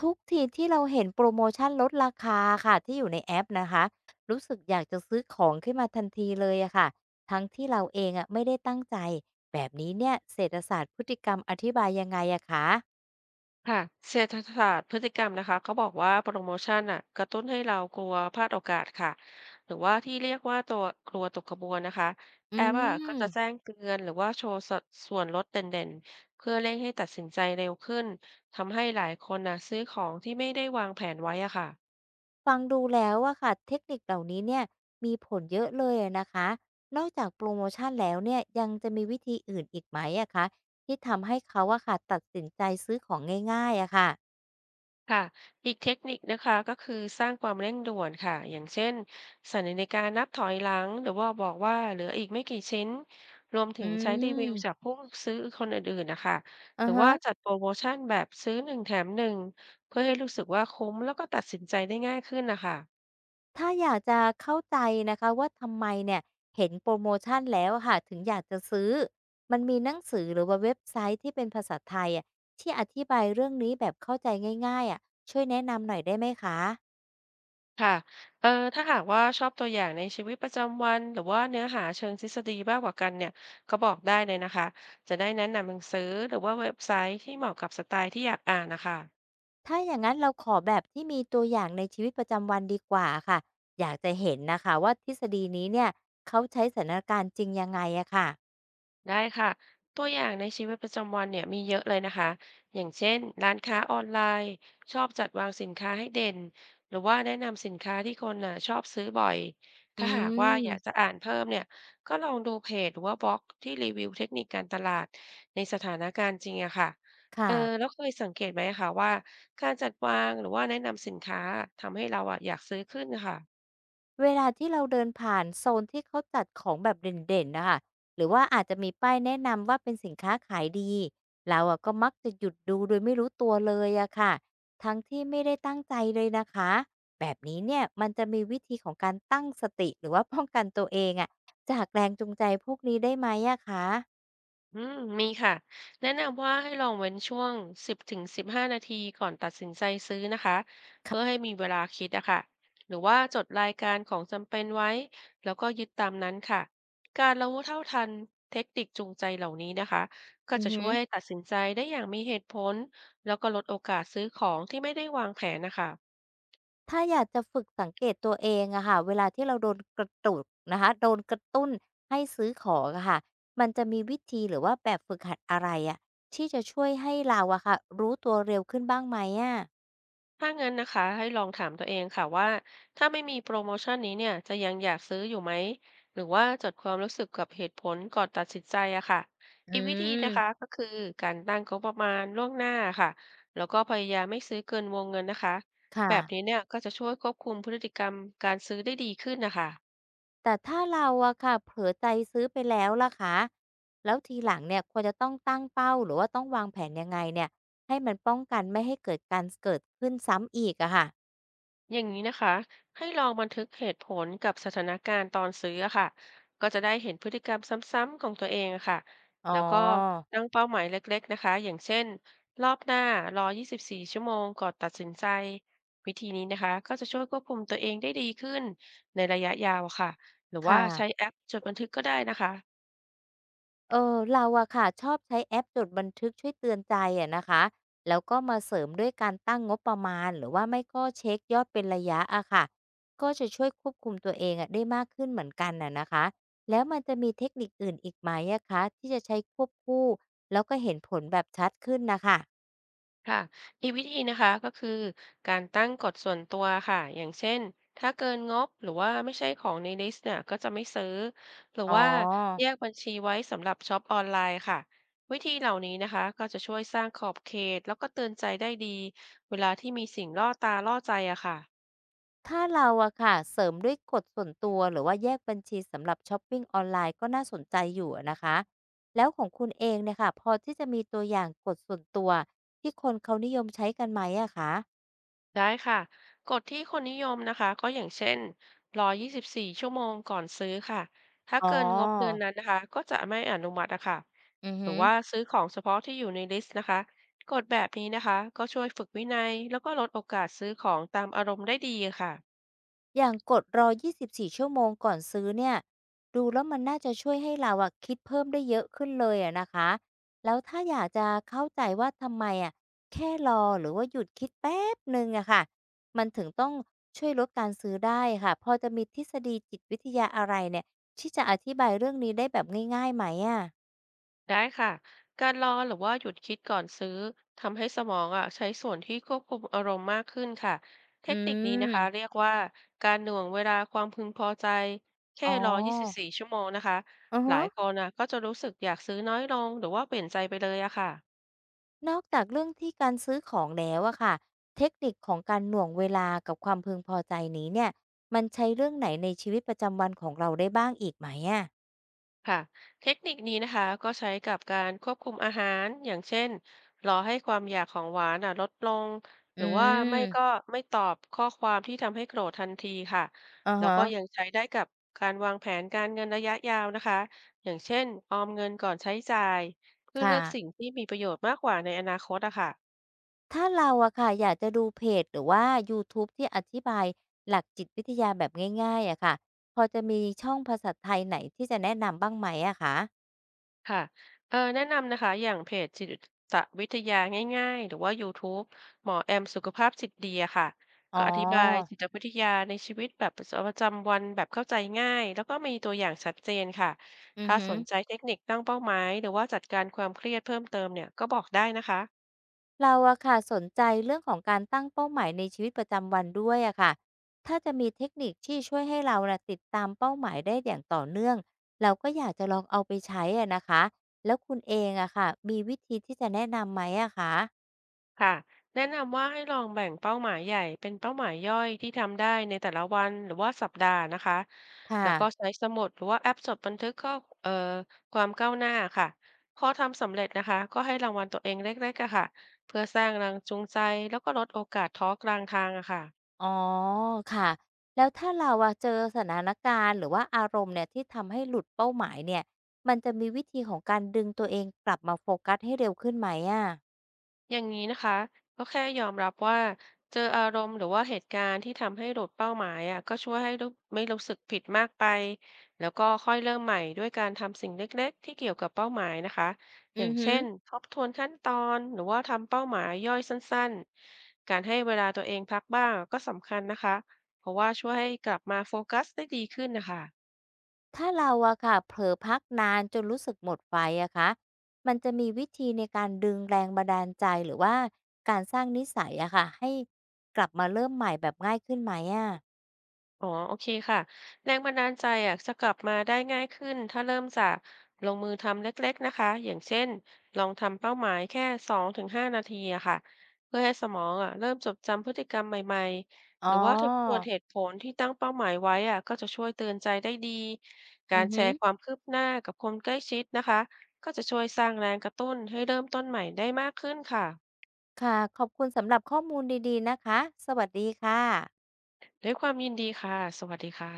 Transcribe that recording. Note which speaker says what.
Speaker 1: ทุกทีที่เราเห็นโปรโมชันลดราคาค่ะที่อยู่ในแอปนะคะรู้สึกอยากจะซื้อของขึ้นมาทันทีเลยอะค่ะทั้งที่เราเองอะไม่ได้ตั้งใจแบบนี้เนี่ยเศรษฐศาสตร์พฤติกรรมอธิบายยังไงอะคะ
Speaker 2: ค่ะเศรษฐศาสตร์พฤติกรรมนะคะเขาบอกว่าโปรโมชั่นอ่ะกระตุ้นให้เรากลัวพลาดโอกาสค่ะหรือว่าที่เรียกว่าตัวกลัวตกขบวนนะคะ
Speaker 1: อื
Speaker 2: แอปอ่ะก็จะแจ้
Speaker 1: ม
Speaker 2: งเตือนหรือว่าโชว์สส่วนลดเด่นๆเพื่อเร่งให้ตัดสินใจเร็วขึ้นทำให้หลายคนน่ะซื้อของที่ไม่ได้วางแผนไว้อ่ะค่ะ
Speaker 1: ฟังดูแล้วอะค่ะเทคนิคเหล่านี้เนี่ยมีผลเยอะเลยอะนะคะนอกจากโปรโมชันแล้วเนี่ยยังจะมีวิธีอื่นอีกไหมอะคะที่ทำให้เขาอะค่ะตัดสินใจซื้อของง่ายๆอะค่ะ
Speaker 2: ค่ะอีกเทคนิคนะคะก็คือสร้างความเร่งด่วนค่ะอย่างเช่นสั่นาฬิการนับถอยหลังหรือว่าบอกว่าเหลืออีกไม่กี่ชิ้นรวมถึ
Speaker 1: อื
Speaker 2: งใช้รีวิวจาก
Speaker 1: ม
Speaker 2: ผู้ซื้อคนอื่นๆนะคะ
Speaker 1: อื
Speaker 2: หรื
Speaker 1: อ
Speaker 2: อ
Speaker 1: ฮะ
Speaker 2: ว่าจัดโปรโมชั่นแบบซื้อหนึ่งแถมหนึ่งเพื่อให้รู้สึกว่าคุ้มแล้วก็ตัดสินใจได้ง่ายขึ้นนะคะ
Speaker 1: ถ้าอยากจะเข้าใจนะคะว่าทำไมเนี่ยเห็นโปรโมชันแล้วอะค่ะถึงอยากจะซื้อมันมีหนังสือหรือว่าเว็บไซต์ที่เป็นภาษาไทยอะที่อธิบายเรื่องนี้แบบเข้าใจง่ายๆอะช่วยแนะนำหน่อยได้ไหมคะ
Speaker 2: ค่ะเออถ้าหากว่าชอบตัวอย่างในชีวิตประจำวันหรือว่าเนื้อหาเชิงทฤษฎีมากกว่ากันเนี่ยก็บอกได้เลยนะคะจะได้แนะนำหนังสือหรือว่าเว็บไซต์ที่เหมาะกับสไตล์ที่อยากอ่านนะคะ
Speaker 1: ถ้าอย่างนั้นเราขอแบบที่มีตัวอย่างในชีวิตประจำวันดีกว่าอค่ะอยากจะเห็นนะคะว่าทฤษฎีนี้เนี่ยเขาใช้สถานการณ์จริงยังไงอะค่ะ
Speaker 2: ได้ค่ะตัวอย่างในชีวิตประจำวันเนี่ยมีเยอะเลยนะคะอย่างเช่นร้านค้าออนไลน์ชอบจัดวางสินค้าให้เด่นหรือว่าแนะนำสินค้าที่คนน่ะชอบซื้อบ่อย
Speaker 1: อื
Speaker 2: ถ้าหากว่าอยากจะ
Speaker 1: ม
Speaker 2: อ่านเพิ่มเนี่ยก็ลองดูเพจหรือว่าบล็อกที่รีวิวเทคนิคการตลาดในสถานการณ์จริงอะค่ะ
Speaker 1: ค่ะ
Speaker 2: แล้วเคยสังเกตไหมคะว่าการจัดวางหรือว่าแนะนำสินค้าทำให้เราอะอยากซื้อขึ้นนะคะ
Speaker 1: เวลาที่เราเดินผ่านโซนที่เขาจัดของแบบเด่นๆนะคะหรือว่าอาจจะมีป้ายแนะนำว่าเป็นสินค้าขายดีเราอะก็มักจะหยุดดูโดยไม่รู้ตัวเลยอะค่ะทั้งที่ไม่ได้ตั้งใจเลยนะคะแบบนี้เนี่ยมันจะมีวิธีของการตั้งสติหรือว่าป้องกันตัวเองอะจากแรงจูงใจพวกนี้ได้ไหมอะคะ
Speaker 2: อืมมีค่ะแนะนำว่าให้ลองเว้นช่วง10ถึง15นาทีก่อนตัดสินใจซื้อนะคะเพื่อให้มีเวลาคิดอะค่ะหรือว่าจดรายการของจำเป็นไว้แล้วก็ยึดตามนั้นค่ะการรู้เท่าทันเทคนิคจูงใจเหล่านี้นะคะก็
Speaker 1: อือ
Speaker 2: จะ
Speaker 1: ฮึ
Speaker 2: ช่วยให้ตัดสินใจได้อย่างมีเหตุผลแล้วก็ลดโอกาสซื้อของที่ไม่ได้วางแผนนะคะ
Speaker 1: ถ้าอยากจะฝึกสังเกตตัวเองอะค่ะเวลาที่เราโดนกระตุกนะคะโดนกระตุ้นให้ซื้อของอะค่ะมันจะมีวิธีหรือว่าแบบฝึกหัดอะไรอะที่จะช่วยให้เราอะค่ะรู้ตัวเร็วขึ้นบ้างไหมอะ
Speaker 2: ถ้างั้นนะคะให้ลองถามตัวเองค่ะว่าถ้าไม่มีโปรโมชั่นนี้เนี่ยจะยังอยากซื้ออยู่ไหมหรือว่าจดความรู้สึกกับเหตุผลก่อนตัดสินใจอะค่ะ
Speaker 1: อื
Speaker 2: อีกวิธีนะคะ
Speaker 1: ม
Speaker 2: ก็คือการตั้งงบประมาณล่วงหน้าค่ะแล้วก็พยายามไม่ซื้อเกินวงเงินนะคะแบบนี้
Speaker 1: ค่ะ
Speaker 2: เนี่ยก็จะช่วยควบคุมพฤติกรรมการซื้อได้ดีขึ้นนะคะ
Speaker 1: แต่ถ้าเราอะค่ะเผลอใจซื้อไปแล้วล่ะคะแล้วทีหลังเนี่ยควรจะต้องตั้งเป้าหรือว่าต้องวางแผนยังไงเนี่ยให้มันป้องกันไม่ให้เกิดการเกิดขึ้นซ้ำอีกอะค่ะ
Speaker 2: อย่างนี้นะคะให้ลองบันทึกเหตุผลกับสถานการณ์ตอนซื้ออะค่ะก็จะได้เห็นพฤติกรรมซ้ำๆของตัวเองอะค่ะ
Speaker 1: อ๋
Speaker 2: แล้วก็
Speaker 1: อ
Speaker 2: ตั้งเป้าหมายเล็กๆนะคะอย่างเช่นรอบหน้ารอ24 ชั่วโมงก่อนตัดสินใจวิธีนี้นะคะก็จะช่วยควบคุมตัวเองได้ดีขึ้นในระยะยาวอะค่ะหรือว่า
Speaker 1: ค่ะ
Speaker 2: ใช้แอปจดบันทึกก็ได้นะคะ
Speaker 1: เราอะค่ะชอบใช้แอปจดบันทึกช่วยเตือนใจอะนะคะแล้วก็มาเสริมด้วยการตั้งงบประมาณหรือว่าไม่ก็เช็คยอดเป็นระยะอะค่ะก็จะช่วยควบคุมตัวเองอะได้มากขึ้นเหมือนกันน่ะนะคะแล้วมันจะมีเทคนิคอื่นอีกไหมอะคะที่จะใช้ควบคู่แล้วก็เห็นผลแบบชัดขึ้นน่ะคะ
Speaker 2: ค่ะมีวิธีนะคะก็คือการตั้งกฎส่วนตัวค่ะอย่างเช่นถ้าเกินงบหรือว่าไม่ใช่ของในลิสต์เนี่ยก็จะไม่ซื้อหรือ
Speaker 1: อ๋อ
Speaker 2: ว่าแยกบัญชีไว้สำหรับช็อปออนไลน์ค่ะวิธีเหล่านี้นะคะก็จะช่วยสร้างขอบเขตแล้วก็เตือนใจได้ดีเวลาที่มีสิ่งล่อตาล่อใจอะค่ะ
Speaker 1: ถ้าเราอะค่ะเสริมด้วยกฎส่วนตัวหรือว่าแยกบัญชีสำหรับช็อปปิ้งออนไลน์ก็น่าสนใจอยู่อะนะคะแล้วของคุณเองเนี่ยค่ะพอที่จะมีตัวอย่างกฎส่วนตัวที่คนเขานิยมใช้กันไหมอะคะ
Speaker 2: ได้ค่ะกฎที่คนนิยมนะคะก็อย่างเช่นรอ24 ชั่วโมงก่อนซื้อค่ะถ้า
Speaker 1: อ๋
Speaker 2: เกินงบเดือน
Speaker 1: อ
Speaker 2: นั้นนะคะก็จะไม่อนุมัตินะคะ
Speaker 1: อือ
Speaker 2: หรื
Speaker 1: ฮึ
Speaker 2: อว่าซื้อของเฉพาะที่อยู่ในลิสต์นะคะกฎแบบนี้นะคะก็ช่วยฝึกวินัยแล้วก็ลดโอกาสซื้อของตามอารมณ์ได้ดีค่ะ
Speaker 1: อย่างกดรอ 24 ชั่วโมงก่อนซื้อเนี่ย ดูแล้วมันน่าจะช่วยให้เราอะคิดเพิ่มได้เยอะขึ้นเลยอะนะคะ แล้วถ้าอยากจะเข้าใจว่าทำไมอะแค่รอหรือว่าหยุดคิดแป๊บหนึ่งอะค่ะ มันถึงต้องช่วยลดการซื้อได้ค่ะ พอจะมีทฤษฎีจิตวิทยาอะไรเนี่ย ที่จะอธิบายเรื่องนี้ได้แบบง่ายๆไหมอะ
Speaker 2: ได้ค่ะการรอหรือว่าหยุดคิดก่อนซื้อทำให้สมองอ่ะใช้ส่วนที่ควบคุมอารมณ์มากขึ้นค่ะ เท
Speaker 1: อื
Speaker 2: คนิคนี้นะคะเรี
Speaker 1: ม
Speaker 2: ยกว่าการหน่วงเวลาความพึงพอใจ
Speaker 1: อ๋
Speaker 2: แค่
Speaker 1: อ
Speaker 2: รอ 24 ชั่วโมงนะคะ
Speaker 1: อือ
Speaker 2: ห
Speaker 1: ฮึ
Speaker 2: ลายคนนะก็จะรู้สึกอยากซื้อน้อยลงหรือว่าเปลี่ยนใจไปเลยอะค่ะ
Speaker 1: นอกจากเรื่องที่การซื้อของแล้วอะค่ะเทคนิคของการหน่วงเวลากับความพึงพอใจนี้เนี่ยมันใช้เรื่องไหนในชีวิตประจำวันของเราได้บ้างอีกไหมอะ
Speaker 2: ค่ะเทคนิคนี้นะคะก็ใช้กับการควบคุมอาหารอย่างเช่นรอให้ความอยากของหวานอ่ะลดลงห
Speaker 1: อื
Speaker 2: รือว่าไม่ก็
Speaker 1: ม
Speaker 2: ไม่ตอบข้อความที่ทำให้โกรธทันทีค่ะ
Speaker 1: อะ
Speaker 2: แล้ว
Speaker 1: ฮะ
Speaker 2: ก็ยังใช้ได้กับการวางแผนการเงินระยะยาวนะคะอย่างเช่นออมเงินก่อนใช้จ่ายเพื่อ
Speaker 1: ค
Speaker 2: เลือกสิ่ง
Speaker 1: ่ะ
Speaker 2: ที่มีประโยชน์มากกว่าในอนาคตอะค่ะ
Speaker 1: ถ้าเราอะค่ะอยากจะดูเพจหรือว่ายูทูบที่อธิบายหลักจิตวิทยาแบบง่ายๆอะค่ะพอจะมีช่องภาษาไทยไหนที่จะแนะนำบ้างไหมอะคะ
Speaker 2: ค่ะแนะนำนะคะอย่างเพจจิตวิทยาง่ายๆหรือว่า YouTube หมอแอมสุขภาพจิตดีอะค่ะ
Speaker 1: อ๋อ
Speaker 2: ก็อธิบายจิตวิทยาในชีวิตแบบประจำวันแบบเข้าใจง่ายแล้วก็มีตัวอย่างชัดเจนค่ะ
Speaker 1: อือ
Speaker 2: ถ้า
Speaker 1: ฮึ
Speaker 2: สนใจเทคนิคตั้งเป้าหมายหรือว่าจัดการความเครียดเพิ่มเติมเนี่ยก็บอกได้นะคะ
Speaker 1: เราอะค่ะสนใจเรื่องของการตั้งเป้าหมายในชีวิตประจำวันด้วยอะค่ะถ้าจะมีเทคนิคที่ช่วยให้เราน่ะติดตามเป้าหมายได้อย่างต่อเนื่องเราก็อยากจะลองเอาไปใช้อะนะคะแล้วคุณเองอะค่ะมีวิธีที่จะแนะนำไหมอะคะ
Speaker 2: ค่ะแนะนำว่าให้ลองแบ่งเป้าหมายใหญ่เป็นเป้าหมายย่อยที่ทำได้ในแต่ละวันหรือว่าสัปดาห์นะคะ
Speaker 1: ค
Speaker 2: แล้วก็
Speaker 1: ่ะ
Speaker 2: ใช้สมุดหรือว่าแอปจดบันทึกข้อเอ่อความก้าวหน้าค่ะพอทำสำเร็จนะคะก็ให้รางวัลตัวเองเล็กๆอะค่ะเพื่อสร้างแรงจูงใจแล้วก็ลดโอกาสท้อกลางทางอะค่ะ
Speaker 1: อ๋อค่ะแล้วถ้าเราอะเจอสถานการณ์หรือว่าอารมณ์เนี่ยที่ทำให้หลุดเป้าหมายเนี่ยมันจะมีวิธีของการดึงตัวเองกลับมาโฟกัสให้เร็วขึ้นไหมอะ
Speaker 2: อย่างนี้นะคะก็แค่ยอมรับว่าเจออารมณ์หรือว่าเหตุการณ์ที่ทำให้หลุดเป้าหมายอ่ะก็ช่วยให้รู้ไม่รู้สึกผิดมากไปแล้วก็ค่อยเริ่มใหม่ด้วยการทำสิ่งเล็กๆที่เกี่ยวกับเป้าหมายนะคะอ
Speaker 1: อื
Speaker 2: ย่าง
Speaker 1: อฮึ
Speaker 2: เช่นทบทวนขั้นตอนหรือว่าทำเป้าหมายย่อยสั้นๆการให้เวลาตัวเองพักบ้างก็สำคัญนะคะเพราะว่าช่วยให้กลับมาโฟกัสได้ดีขึ้นนะคะ
Speaker 1: ถ้าเราอะค่ะเผลอพักนานจนรู้สึกหมดไฟอะคะมันจะมีวิธีในการดึงแรงบันดาลใจหรือว่าการสร้างนิสัยอะค่ะให้กลับมาเริ่มใหม่แบบง่ายขึ้นไหมอะ
Speaker 2: อ๋อโอเคค่ะแรงบันดาลใจอะจะกลับมาได้ง่ายขึ้น ถ้าเริ่มจากลงมือทำเล็กๆนะคะอย่างเช่น ลองทำเป้าหมายแค่2 ถึง 5นาทีอะค่ะเพื่อให้สมองอะเริ่มจดจำพฤติกรรมใหม่ๆ
Speaker 1: อ๋
Speaker 2: หรือว่าทบทวน
Speaker 1: อ
Speaker 2: เหตุผลที่ตั้งเป้าหมายไว้อะก็จะช่วยเตือนใจได้ดี กา
Speaker 1: อื
Speaker 2: ร
Speaker 1: อ
Speaker 2: แช
Speaker 1: ฮึ
Speaker 2: ร์ความคืบหน้ากับคนใกล้ชิดนะคะก็จะช่วยสร้างแรงกระตุ้นให้เริ่มต้นใหม่ได้มากขึ้นค่ะ
Speaker 1: ค่ะขอบคุณสำหรับข้อมูลดีๆนะคะสวัสดีค่ะ
Speaker 2: ด้วยความยินดีค่ะสวัสดีค่ะ